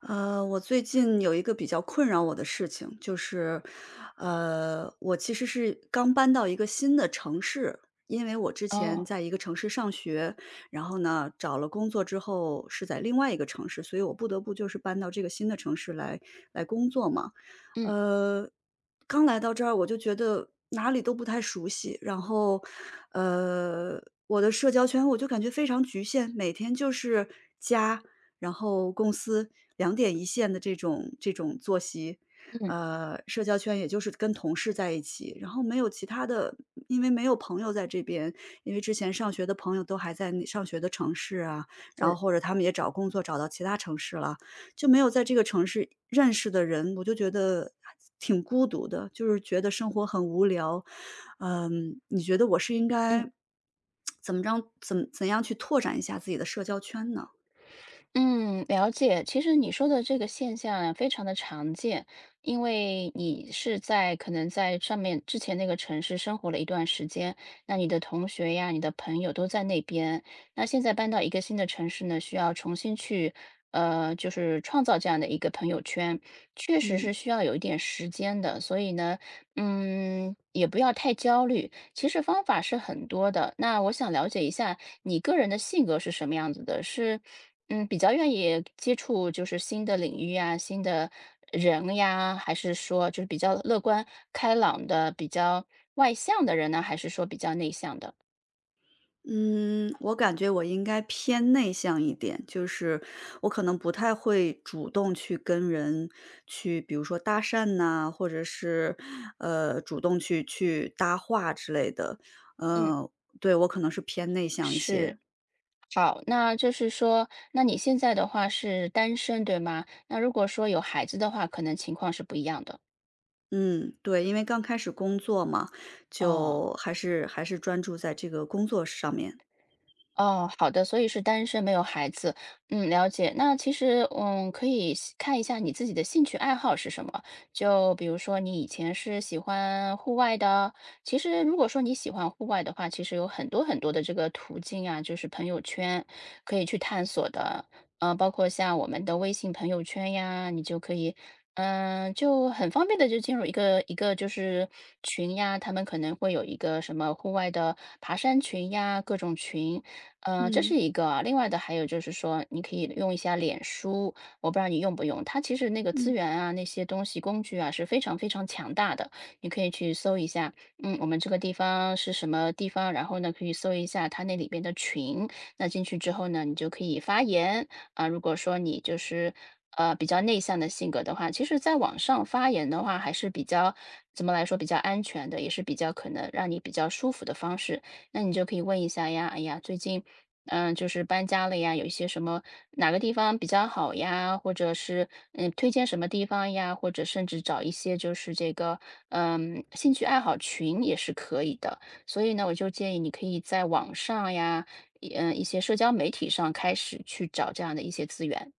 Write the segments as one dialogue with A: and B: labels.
A: 我最近有一个比较困扰我的事情，就是，我其实是刚搬到一个新的城市，因为我之前
B: 哦，
A: 在一个城市上学，然后呢，找了工作之后是在另外一个城市，所以我不得不就是搬到这个新的城市来工作嘛。
B: 嗯
A: 呃，刚来到这儿我就觉得哪里都不太熟悉，然后，呃，我的社交圈我就感觉非常局限，每天就是家。然后公司两点一线的这种作息，
B: 嗯，
A: 社交圈也就是跟同事在一起，然后没有其他的，因为没有朋友在这边，因为之前上学的朋友都还在那上学的城市啊，然后
B: 是，
A: 或者他们也找工作找到其他城市了，就没有在这个城市认识的人，我就觉得挺孤独的，就是觉得生活很无聊。嗯，你觉得我是应
B: 嗯。
A: 该怎么着，怎样去拓展一下自己的社交圈呢？
B: 嗯，了解。其实你说的这个现象呀，非常的常见，因为你是在可能在上面之前那个城市生活了一段时间，那你的同学呀、你的朋友都在那边，那现在搬到一个新的城市呢，需要重新去，就是创造这样的一个朋友圈，确实
A: 嗯。
B: 是需要有一点时间的。所以呢，嗯，也不要太焦虑。其实方法是很多的。那我想了解一下你个人的性格是什么样子的？是嗯，比较愿意接触就是新的领域啊、新的人呀，还是说就是比较乐观开朗的、比较外向的人呢？还是说比较内向的？
A: 嗯，我感觉我应该偏内向一点，就是我可能不太会主动去跟人去，比如说搭讪呐，或者是，主动去搭话之类的。
B: 嗯，
A: 嗯，对，我可能是偏内向一
B: 是。
A: 些。
B: 好，那就是说，那你现在的话是单身，对吗？那如果说有孩子的话，可能情况是不一样的。
A: 嗯，对，因为刚开始工作嘛，就
B: 哦。
A: 还是专注在这个工作上面。
B: 哦，好的，所以是单身，没有孩子。嗯，了解。那其实，嗯，可以细看一下你自己的兴趣爱好是什么。就比如说，你以前是喜欢户外的，其实如果说你喜欢户外的话，其实有很多很多的这个途径啊，就是朋友圈可以去探索的。嗯，包括像我们的微信朋友圈呀，你就可以，嗯、就很方便的就进入一个就是群呀，他们可能会有一个什么户外的爬山群呀，各种群。嗯，这是
A: 嗯
B: 一个啊，另外的还有就是说，你可以用一下脸书，我不知道你用不用，它其实那个资
A: 嗯。
B: 源啊，那些东西工具啊是非常强大的，你可以去搜一下，嗯，我们这个地方是什么地方，然后呢可以搜一下它那里边的群，那进去之后呢，你就可以发言啊，如果说你就是。比较内向的性格的话，其实在网上发言的话，还是比较怎么来说比较安全的，也是比较可能让你比较舒服的方式。那你就可以问一下呀，哎呀，最近，嗯、就是搬家了呀，有一些什么哪个地方比较好呀，或者是嗯，推荐什么地方呀，或者甚至找一些就是这个嗯兴趣爱好群也是可以的。所以呢，我就建议你可以在网上呀，嗯、一些社交媒体上开始去找这样的一些资源。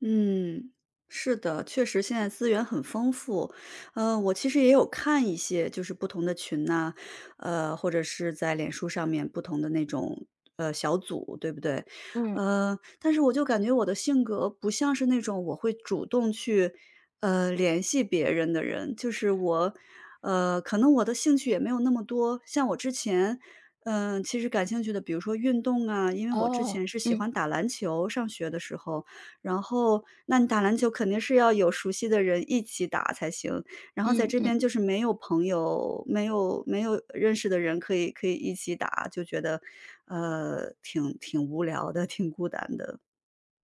A: 嗯，是的，确实现在资源很丰富。我其实也有看一些就是不同的群呐，或者是在脸书上面不同的那种小组，对不对？
B: 嗯，
A: 但是我就感觉我的性格不像是那种我会主动去联系别人的人，就是我,可能我的兴趣也没有那么多。像我之前。嗯，其实感兴趣的，比如说运动啊，因为我之
B: 哦，
A: 前是喜
B: 嗯
A: 欢打篮球，上学的时候，然后那你打篮球肯定是要有熟悉的人一起打才行，然后在
B: 嗯
A: 这
B: 嗯。
A: 边就是没有朋友，没有认识的人可以一起打，就觉得，挺无聊的，挺孤单的。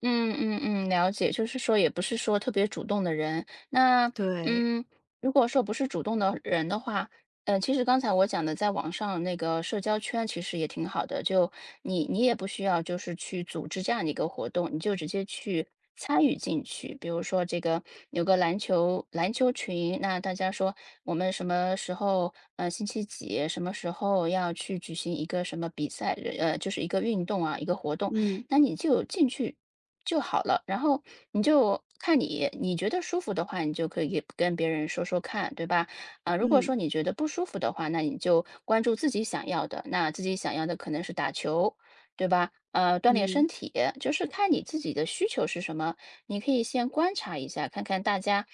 B: 嗯嗯嗯，了解，就是说也不是说特别主动的人。那
A: 对，
B: 嗯，如果说不是主动的人的话，嗯、其实刚才我讲的，在网上那个社交圈其实也挺好的，就你也不需要就是去组织这样的一个活动，你就直接去参与进去。比如说这个有个篮球群，那大家说我们什么时候星期几什么时候要去举行一个什么比赛，就是一个运动啊一个活动。
A: 嗯，
B: 那你就进去就好了。然后你就看你觉得舒服的话，你就可以跟别人说说看，对吧？啊，如果说
A: 嗯，
B: 你觉得不舒服的话，那你就关注自己想要的。那自己想要的可能是打球，对吧？锻炼身
A: 嗯，
B: 体，就是看你自己的需求是什么。你可以先观察一下，看看大家。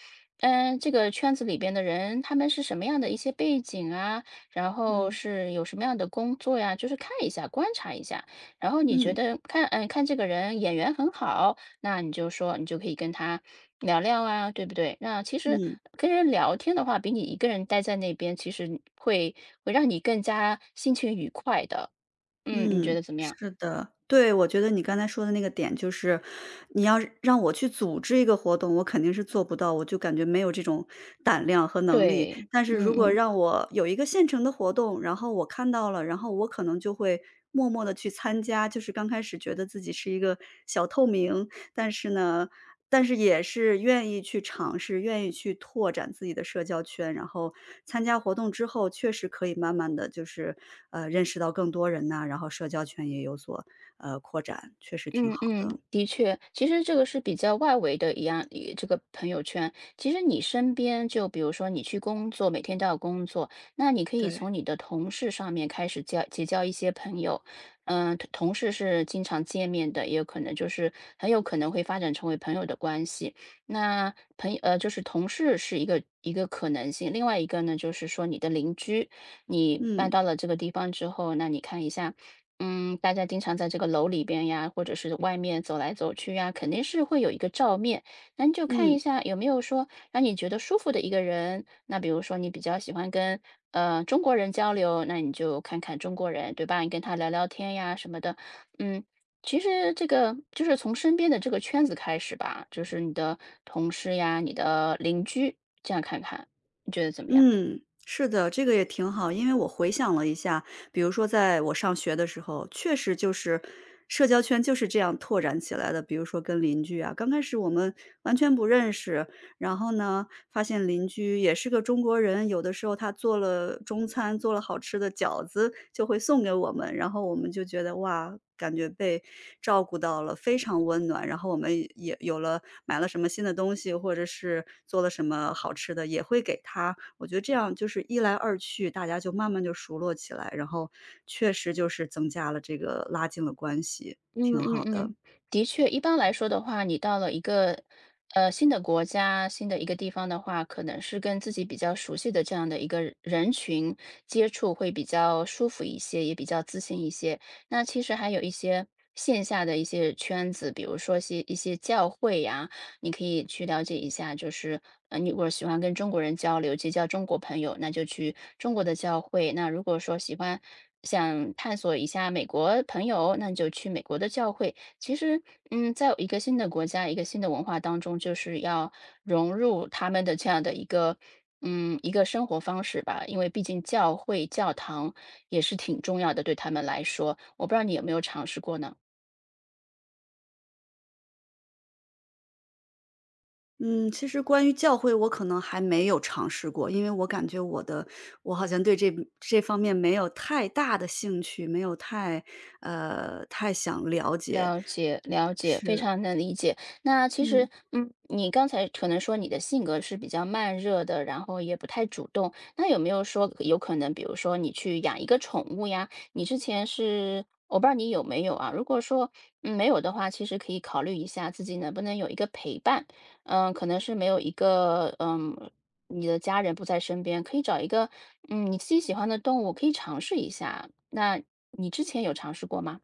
B: 嗯，这个圈子里边的人，他们是什么样的一些背景啊？然后
A: 嗯，
B: 是有什么样的工作呀？就是看一下，观察一下。然后你觉
A: 嗯，
B: 得看，嗯，看这个人眼缘很好，那你就说，你就可以跟他聊聊啊，对不对？那其实
A: 嗯。
B: 跟人聊天的话，比你一个人待在那边，其实会让你更加心情愉快的。嗯，你觉
A: 嗯，
B: 得怎么样？
A: 是的，对，我觉得你刚才说的那个点就是，你要是让我去组织一个活动，我肯定是做不到，我就感觉没有这种胆量和能力。
B: 对，
A: 但是如
B: 嗯
A: 果
B: 嗯。
A: 让我有一个现成的活动，然后我看到了，然后我可能就会默默的去参加，就是刚开始觉得自己是一个小透明，但是呢，但是也是愿意去尝试，愿意去拓展自己的社交圈，然后参加活动之后，确实可以慢慢的就是，认识到更多人呐，然后社交圈也有所，扩展，确实挺
B: 嗯
A: 好
B: 嗯，
A: 的。
B: 的确，其实这个是比较外围的一样，一这个朋友圈。其实你身边，就比如说你去工作，每天都要工作，那你可以
A: 对，
B: 从你的同事上面开始交结交一些朋友。嗯、同事是经常见面的，也有可能就是很有可能会发展成为朋友的关系。那朋，就是同事是一个可能性，另外一个呢，就是说你的邻居，你搬
A: 嗯，
B: 到了这个地方之后，那你看一下。嗯，大家经常在这个楼里边呀，或者是外面走来走去呀，肯定是会有一个照面。那你就看一
A: 嗯，
B: 下有没有说让你觉得舒服的一个人。那比如说你比较喜欢跟中国人交流，那你就看看中国人，对吧？你跟他聊聊天呀什么的。嗯，其实这个就是从身边的这个圈子开始吧，就是你的同事呀、你的邻居，这样看看，你觉得怎么样？
A: 嗯，是的，这个也挺好。因为我回想了一下，比如说在我上学的时候，确实就是社交圈就是这样拓展起来的。比如说跟邻居啊，刚开始我们完全不认识，然后呢，发现邻居也是个中国人，有的时候他做了中餐，做了好吃的饺子就会送给我们，然后我们就觉得哇，感觉被照顾到了，非常温暖。然后我们也有了买了什么新的东西，或者是做了什么好吃的，也会给他。我觉得这样就是一来二去，大家就慢慢就熟络起来，然后确实就是增加了这个拉近了关系，
B: 嗯
A: 挺
B: 嗯
A: 好的。
B: 嗯，的确，一般来说的话，你到了一个新的国家、新的一个地方的话，可能是跟自己比较熟悉的这样的一个人群接触会比较舒服一些，也比较自信一些。那其实还有一些线下的一些圈子，比如说些一些教会呀、你可以去了解一下，就是你如果喜欢跟中国人交流，结交中国朋友，那就去中国的教会；那如果说喜欢想探索一下美国朋友，那你就去美国的教会。其实，嗯，在一个新的国家、一个新的文化当中，就是要融入他们的这样的一个。嗯，一个生活方式吧，因为毕竟教会、教堂也是挺重要的，对他们来说。我不知道你有没有尝试过呢？
A: 嗯，其实关于教会我可能还没有尝试过，因为我感觉我的我好像对这方面没有太大的兴趣，没有太太想了解，
B: 了解，了解，非
A: 是，
B: 常能理解。那其实，
A: 嗯。
B: 嗯，你刚才可能说你的性格是比较慢热的，然后也不太主动。那有没有说有可能，比如说你去养一个宠物呀？你之前是，我不知道你有没有啊？如果说，嗯，没有的话，其实可以考虑一下自己能不能有一个陪伴。嗯，可能是没有一个，嗯，你的家人不在身边，可以找一个，嗯，你自己喜欢的动物，可以尝试一下。那你之前有尝试过吗？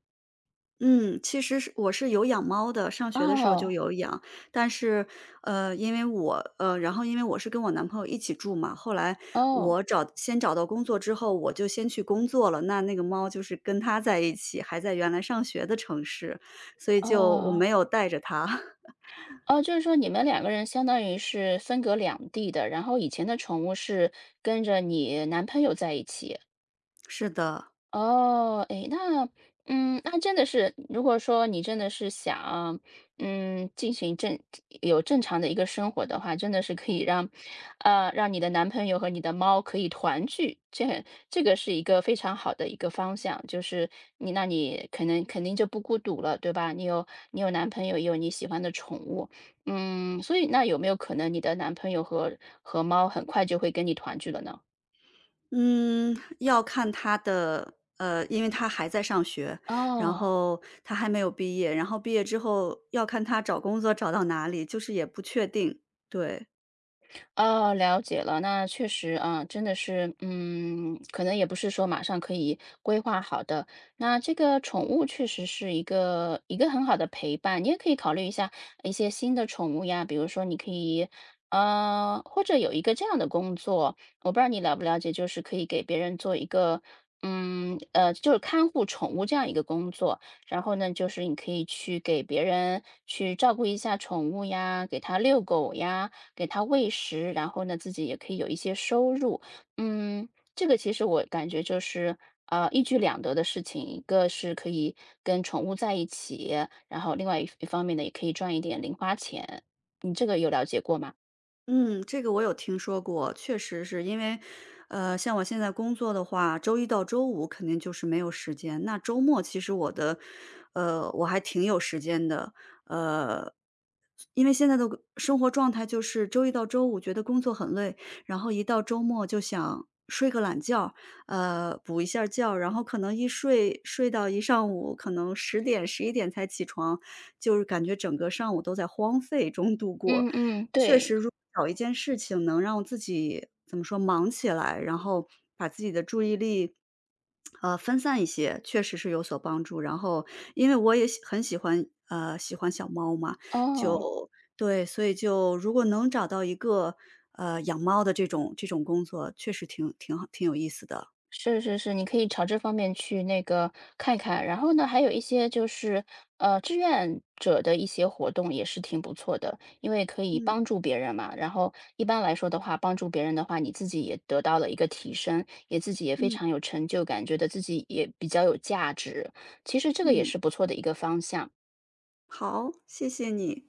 A: 嗯，其实是我是有养猫的，上学的时候就
B: 哦，
A: 有养，但是，因为我呃，然后因为我是跟我男朋友一起住嘛，后来
B: 哦，
A: 我先找到工作之后，我就先去工作了，那那个猫就是跟他在一起，还在原来上学的城市，所以就我
B: 哦，
A: 没有带着它。
B: 哦，就是说你们两个人相当于是分隔两地的，然后以前的宠物是跟着你男朋友在一起。
A: 是的。
B: 哦，诶，那，嗯，那真的是，如果说你真的是想，嗯，进行正有正常的一个生活的话，真的是可以让，让你的男朋友和你的猫可以团聚，这这个是一个非常好的一个方向，就是你那你可能肯定就不孤独了，对吧？你有男朋友，也有你喜欢的宠物，嗯，所以那有没有可能你的男朋友和猫很快就会跟你团聚了呢？
A: 嗯，要看他的，因为他还在上学，然
B: 哦。
A: 后他还没有毕业，然后毕业之后要看他找工作找到哪里，就是也不确定。对，
B: 哦，了解了。那确实啊，真的是，嗯，可能也不是说马上可以规划好的。那这个宠物确实是一个很好的陪伴，你也可以考虑一下一些新的宠物呀，比如说你可以，呃，或者有一个这样的工作，我不知道你了不了解，就是可以给别人做一个，嗯，就是看护宠物这样一个工作。然后呢，就是你可以去给别人去照顾一下宠物呀，给它遛狗呀。给它喂食，然后呢，自己也可以有一些收入。嗯，这个其实我感觉就是，一举两得的事情，一个是可以跟宠物在一起，然后另外一方面呢，也可以赚一点零花钱。你这个有了解过吗？
A: 嗯，这个我有听说过，确实是因为，像我现在工作的话，周一到周五肯定就是没有时间，那周末其实我的，我还挺有时间的，呃，因为现在的生活状态就是周一到周五觉得工作很累，然后一到周末就想睡个懒觉，补一下觉，然后可能一睡到一上午，可能10点、11点才起床，就是感觉整个上午都在荒废中度过。
B: 嗯嗯，
A: 确实，
B: 对，
A: 如果找一件事情能让自己怎么说忙起来，然后把自己的注意力，分散一些，确实是有所帮助。然后，因为我也很喜欢，喜欢小猫嘛，
B: 哦。
A: 就对，所以就如果能找到一个，养猫的这种工作，确实挺好挺有意思的。
B: 是是是，你可以朝这方面去那个看一看。然后呢，还有一些就是，志愿者的一些活动也是挺不错的，因为可以
A: 嗯
B: 帮助别人嘛。然后一般来说的话，帮助别人的话，你自己也得到了一个提升，也自己也非
A: 嗯
B: 常有成就感，觉得自己也比较有价值。其实这个也
A: 嗯，
B: 是不错的一个方向。
A: 好，谢谢你。